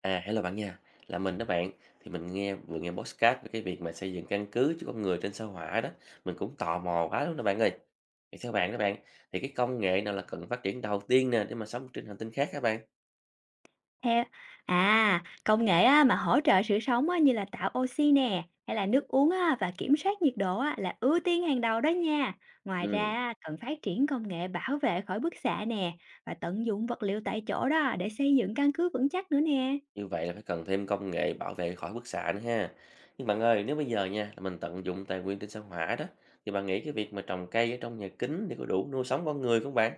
À, hello bạn nha, là mình đó bạn. Thì mình vừa nghe podcast về cái việc mà xây dựng căn cứ cho con người trên sao Hỏa đó, mình cũng tò mò quá luôn đó bạn ơi. Thì theo bạn đó bạn, thì cái công nghệ nào là cần phát triển đầu tiên nè để mà sống trên hành tinh khác các bạn? Theo à, công nghệ á, mà hỗ trợ sự sống á, như là tạo oxy nè, hay là nước uống á, và kiểm soát nhiệt độ á, là ưu tiên hàng đầu đó nha. Ngoài Ừ. ra, á, cần phát triển công nghệ bảo vệ khỏi bức xạ nè, và tận dụng vật liệu tại chỗ đó để xây dựng căn cứ vững chắc nữa nè. Như vậy là phải cần thêm công nghệ bảo vệ khỏi bức xạ nữa ha. Nhưng bạn ơi, nếu bây giờ nha, là mình tận dụng tài nguyên trên sao Hỏa đó, thì bạn nghĩ cái việc mà trồng cây ở trong nhà kính thì có đủ nuôi sống con người không bạn?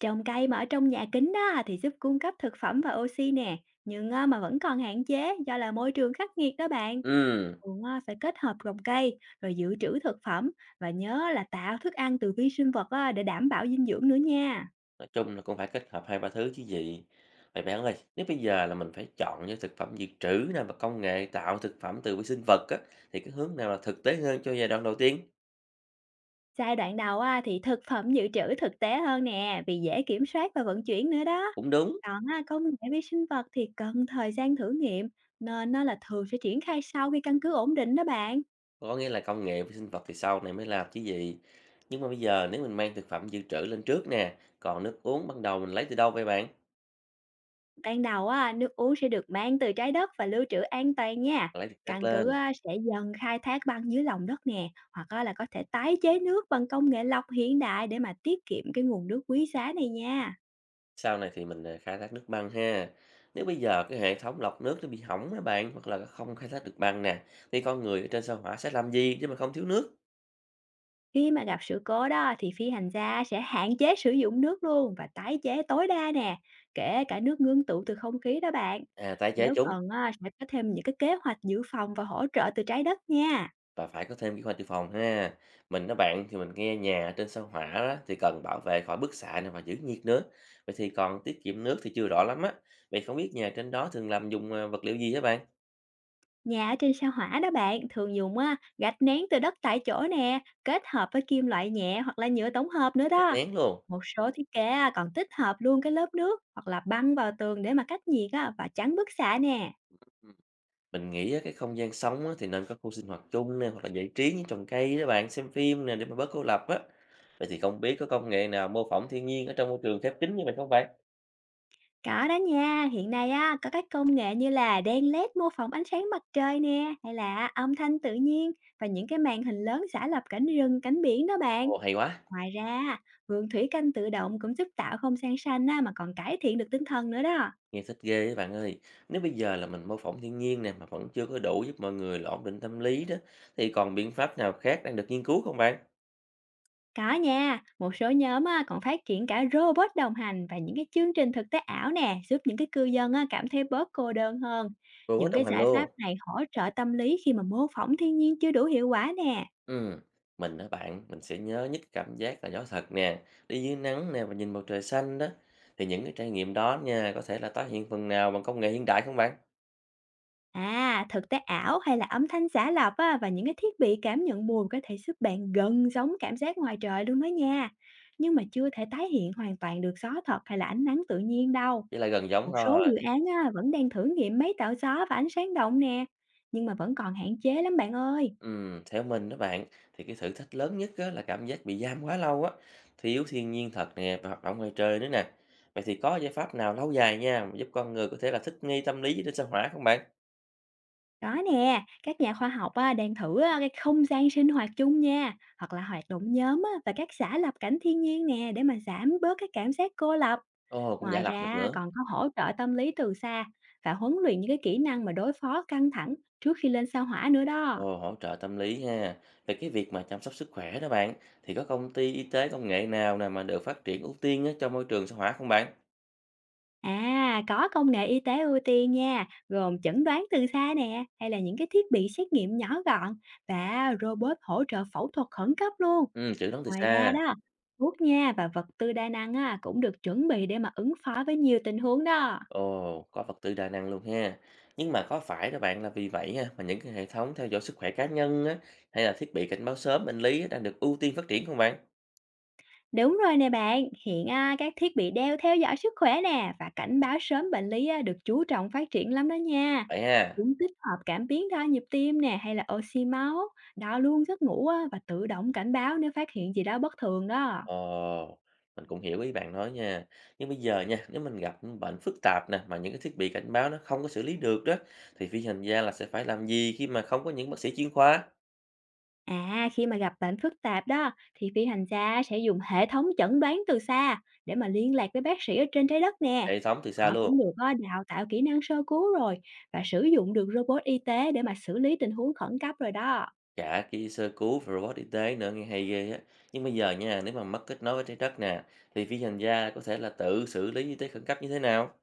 Trồng cây mà ở trong nhà kính đó thì giúp cung cấp thực phẩm và oxy nè, nhưng á, mà vẫn còn hạn chế do là môi trường khắc nghiệt đó bạn. Ừ. Cũng, phải kết hợp trồng cây, rồi dự trữ thực phẩm và nhớ là tạo thức ăn từ vi sinh vật á, để đảm bảo dinh dưỡng nữa nha. Nói chung là cũng phải kết hợp hai ba thứ chứ gì. Vậy bạn ơi, nếu bây giờ là mình phải chọn giữa thực phẩm dự trữ nè và công nghệ tạo thực phẩm từ vi sinh vật á, thì cái hướng nào là thực tế hơn cho giai đoạn đầu tiên? Giai đoạn đầu á, thì thực phẩm dự trữ thực tế hơn nè, vì dễ kiểm soát và vận chuyển nữa đó. Cũng đúng, Còn á, công nghệ vi sinh vật thì cần thời gian thử nghiệm, nên nó là thường sẽ triển khai sau khi căn cứ ổn định đó bạn. có nghĩa là công nghệ vi sinh vật thì sau này mới làm chứ gì. Nhưng mà bây giờ nếu mình mang thực phẩm dự trữ lên trước nè, còn nước uống ban đầu mình lấy từ đâu vậy bạn? Ban đầu á, nước uống sẽ được mang từ trái đất và lưu trữ an toàn nha. Lấy từ cát Căn cứ lên, á, sẽ dần khai thác băng dưới lòng đất nè, hoặc á, là có thể tái chế nước bằng công nghệ lọc hiện đại để mà tiết kiệm cái nguồn nước quý giá này nha. sau này thì mình khai thác nước băng ha. Nếu bây giờ cái hệ thống lọc nước nó bị hỏng á bạn, hoặc là không khai thác được băng nè, thì con người ở trên sao Hỏa sẽ làm gì để mà không thiếu nước? Khi mà gặp sự cố đó thì phi hành gia sẽ hạn chế sử dụng nước luôn và tái chế tối đa nè, kể cả nước ngưng tụ từ không khí đó bạn. À, tái chế Nếu chúng cần á, sẽ có thêm những cái kế hoạch dự phòng và hỗ trợ từ trái đất nha. và phải có thêm cái khoa dự phòng ha. Mình nói bạn thì mình nghe nhà ở trên sao hỏa đó, thì cần bảo vệ khỏi bức xạ này và giữ nhiệt nữa. Vậy thì còn tiết kiệm nước thì chưa rõ lắm á. Vậy không biết nhà trên đó thường làm dùng vật liệu gì hả bạn? Nhà ở trên sao Hỏa đó bạn, thường dùng á, gạch nén từ đất tại chỗ nè, kết hợp với kim loại nhẹ hoặc là nhựa tổng hợp nữa Gạch đó. nén luôn. Một số thiết kế á, còn tích hợp luôn cái lớp nước hoặc là băng vào tường để mà cách nhiệt á, và chắn bức xạ nè. Ừ. Mình nghĩ á, cái không gian sống á, thì nên có khu sinh hoạt chung nè hoặc là giải trí như trồng cây đó bạn, xem phim nè để mà bớt cô lập á. Vậy thì không biết có công nghệ nào mô phỏng thiên nhiên ở trong môi trường khép kín như vậy không bạn? Có đó nha, hiện nay á, có các công nghệ như là đèn LED mô phỏng ánh sáng mặt trời nè, hay là âm thanh tự nhiên và những cái màn hình lớn giả lập cảnh rừng, cảnh biển đó bạn. Ồ hay quá. Ngoài ra, vườn thủy canh tự động cũng giúp tạo không gian xanh á, mà còn cải thiện được tinh thần nữa đó. Nghe thích ghê ấy bạn ơi. Nếu bây giờ là mình mô phỏng thiên nhiên nè mà vẫn chưa có đủ giúp mọi người là ổn định tâm lý đó thì còn biện pháp nào khác đang được nghiên cứu không bạn? Có nha, một số nhóm á, còn phát triển cả robot đồng hành và những cái chương trình thực tế ảo nè, giúp những cái cư dân á, cảm thấy bớt cô đơn hơn. Vừa mới Những đồng cái hành giải pháp luôn. này hỗ trợ tâm lý khi mà mô phỏng thiên nhiên chưa đủ hiệu quả nè. Ừ. Mình đó bạn, mình sẽ nhớ nhất cảm giác là gió thật nè, đi dưới nắng nè và nhìn bầu trời xanh đó. Thì những cái trải nghiệm đó nha, có thể là tái hiện phần nào bằng công nghệ hiện đại không bạn? À, thực tế ảo hay là âm thanh giả lập á, và những cái thiết bị cảm nhận buồn có thể giúp bạn gần giống cảm giác ngoài trời luôn đó nha. Nhưng mà chưa thể tái hiện hoàn toàn được gió thật hay là ánh nắng tự nhiên đâu. Chỉ là gần giống Một số thôi. dự án á, vẫn đang thử nghiệm máy tạo gió và ánh sáng động nè, nhưng mà vẫn còn hạn chế lắm bạn ơi. Theo mình đó bạn, thì cái thử thách lớn nhất á, là cảm giác bị giam quá lâu á, thiếu thiên nhiên thật nè và hoạt động ngoài trời nữa nè. Vậy thì có giải pháp nào lâu dài nha, mà giúp con người có thể là thích nghi tâm lý với trên sao Hỏa không bạn? Đó nè, các nhà khoa học á, đang thử á, cái không gian sinh hoạt chung nha, hoặc là hoạt động nhóm á, và các xã lập cảnh thiên nhiên nè để mà giảm bớt cái cảm giác cô lập. Ồ, cũng giả Ngoài lập được ra nữa. còn có hỗ trợ tâm lý từ xa và huấn luyện những cái kỹ năng mà đối phó căng thẳng trước khi lên sao Hỏa nữa đó. Ồ, hỗ trợ tâm lý ha. Về cái việc mà chăm sóc sức khỏe đó bạn, thì có công ty y tế công nghệ nào nè mà được phát triển ưu tiên á, cho môi trường sao Hỏa không bạn? À, có công nghệ y tế ưu tiên nha, gồm chẩn đoán từ xa nè, hay là những cái thiết bị xét nghiệm nhỏ gọn và robot hỗ trợ phẫu thuật khẩn cấp luôn. Ừ, chữ đón từ Ngoài ra xa. đó, thuốc nha và vật tư đa năng á, cũng được chuẩn bị để mà ứng phó với nhiều tình huống đó. Ồ, có vật tư đa năng luôn ha. Nhưng mà có phải các bạn là vì vậy ha, mà những cái hệ thống theo dõi sức khỏe cá nhân á, hay là thiết bị cảnh báo sớm bệnh lý á, đang được ưu tiên phát triển không bạn? Đúng rồi nè bạn, hiện à, các thiết bị đeo theo dõi sức khỏe nè và cảnh báo sớm bệnh lý à, được chú trọng phát triển lắm đó nha. Vậy ha. Chúng tích hợp cảm biến đo nhịp tim nè hay là oxy máu, đo luôn giấc ngủ á, và tự động cảnh báo nếu phát hiện gì đó bất thường đó. Ồ, mình cũng hiểu ý bạn nói nha. Nhưng bây giờ nha, nếu mình gặp những bệnh phức tạp nè, mà những cái thiết bị cảnh báo nó không có xử lý được đó, thì phi hành gia là sẽ phải làm gì khi mà không có những bác sĩ chuyên khoa, À, khi mà gặp bệnh phức tạp đó thì phi hành gia sẽ dùng hệ thống chẩn đoán từ xa để mà liên lạc với bác sĩ ở trên trái đất nè. hệ thống từ xa Họ cũng luôn? được à, đào tạo kỹ năng sơ cứu rồi và sử dụng được robot y tế để mà xử lý tình huống khẩn cấp rồi đó. Cả kia sơ cứu và robot y tế nữa nghe hay ghê á. Nhưng bây giờ nha, nếu mà mất kết nối với trái đất nè, thì phi hành gia có thể là tự xử lý y tế khẩn cấp như thế nào?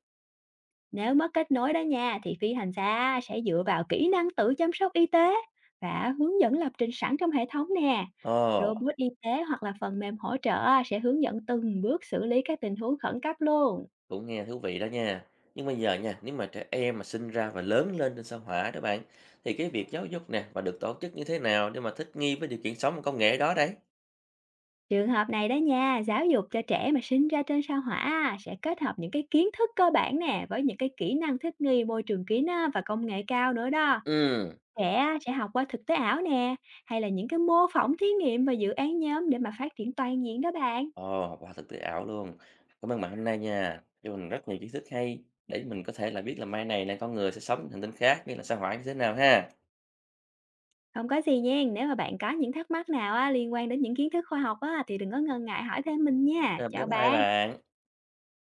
Nếu mất kết nối đó nha, thì phi hành gia sẽ dựa vào kỹ năng tự chăm sóc y tế và hướng dẫn lập trình sẵn trong hệ thống nè. Ồ, Robot y tế hoặc là phần mềm hỗ trợ sẽ hướng dẫn từng bước xử lý các tình huống khẩn cấp luôn. cũng nghe thú vị đó nha. Nhưng bây giờ nha, nếu mà trẻ em mà sinh ra và lớn lên trên sao Hỏa đó bạn, thì cái việc giáo dục nè và được tổ chức như thế nào để mà thích nghi với điều kiện sống và công nghệ đó đấy? Trường hợp này đó nha, giáo dục cho trẻ mà sinh ra trên sao Hỏa sẽ kết hợp những cái kiến thức cơ bản nè với những cái kỹ năng thích nghi môi trường kín á, và công nghệ cao nữa đó. Ừ, Trẻ sẽ học qua thực tế ảo nè, hay là những cái mô phỏng thí nghiệm và dự án nhóm để mà phát triển toàn diện đó bạn. ồ, qua thực tế ảo luôn. Cảm ơn bạn hôm nay nha, cho mình rất nhiều kiến thức hay để mình có thể là biết là mai này là con người sẽ sống trên hành tinh khác như là sao Hỏa như thế nào ha. Không có gì nha. Nếu mà bạn có những thắc mắc nào á, liên quan đến những kiến thức khoa học á, thì đừng có ngần ngại hỏi thêm mình nha. À, bye Chào bye bạn. bạn.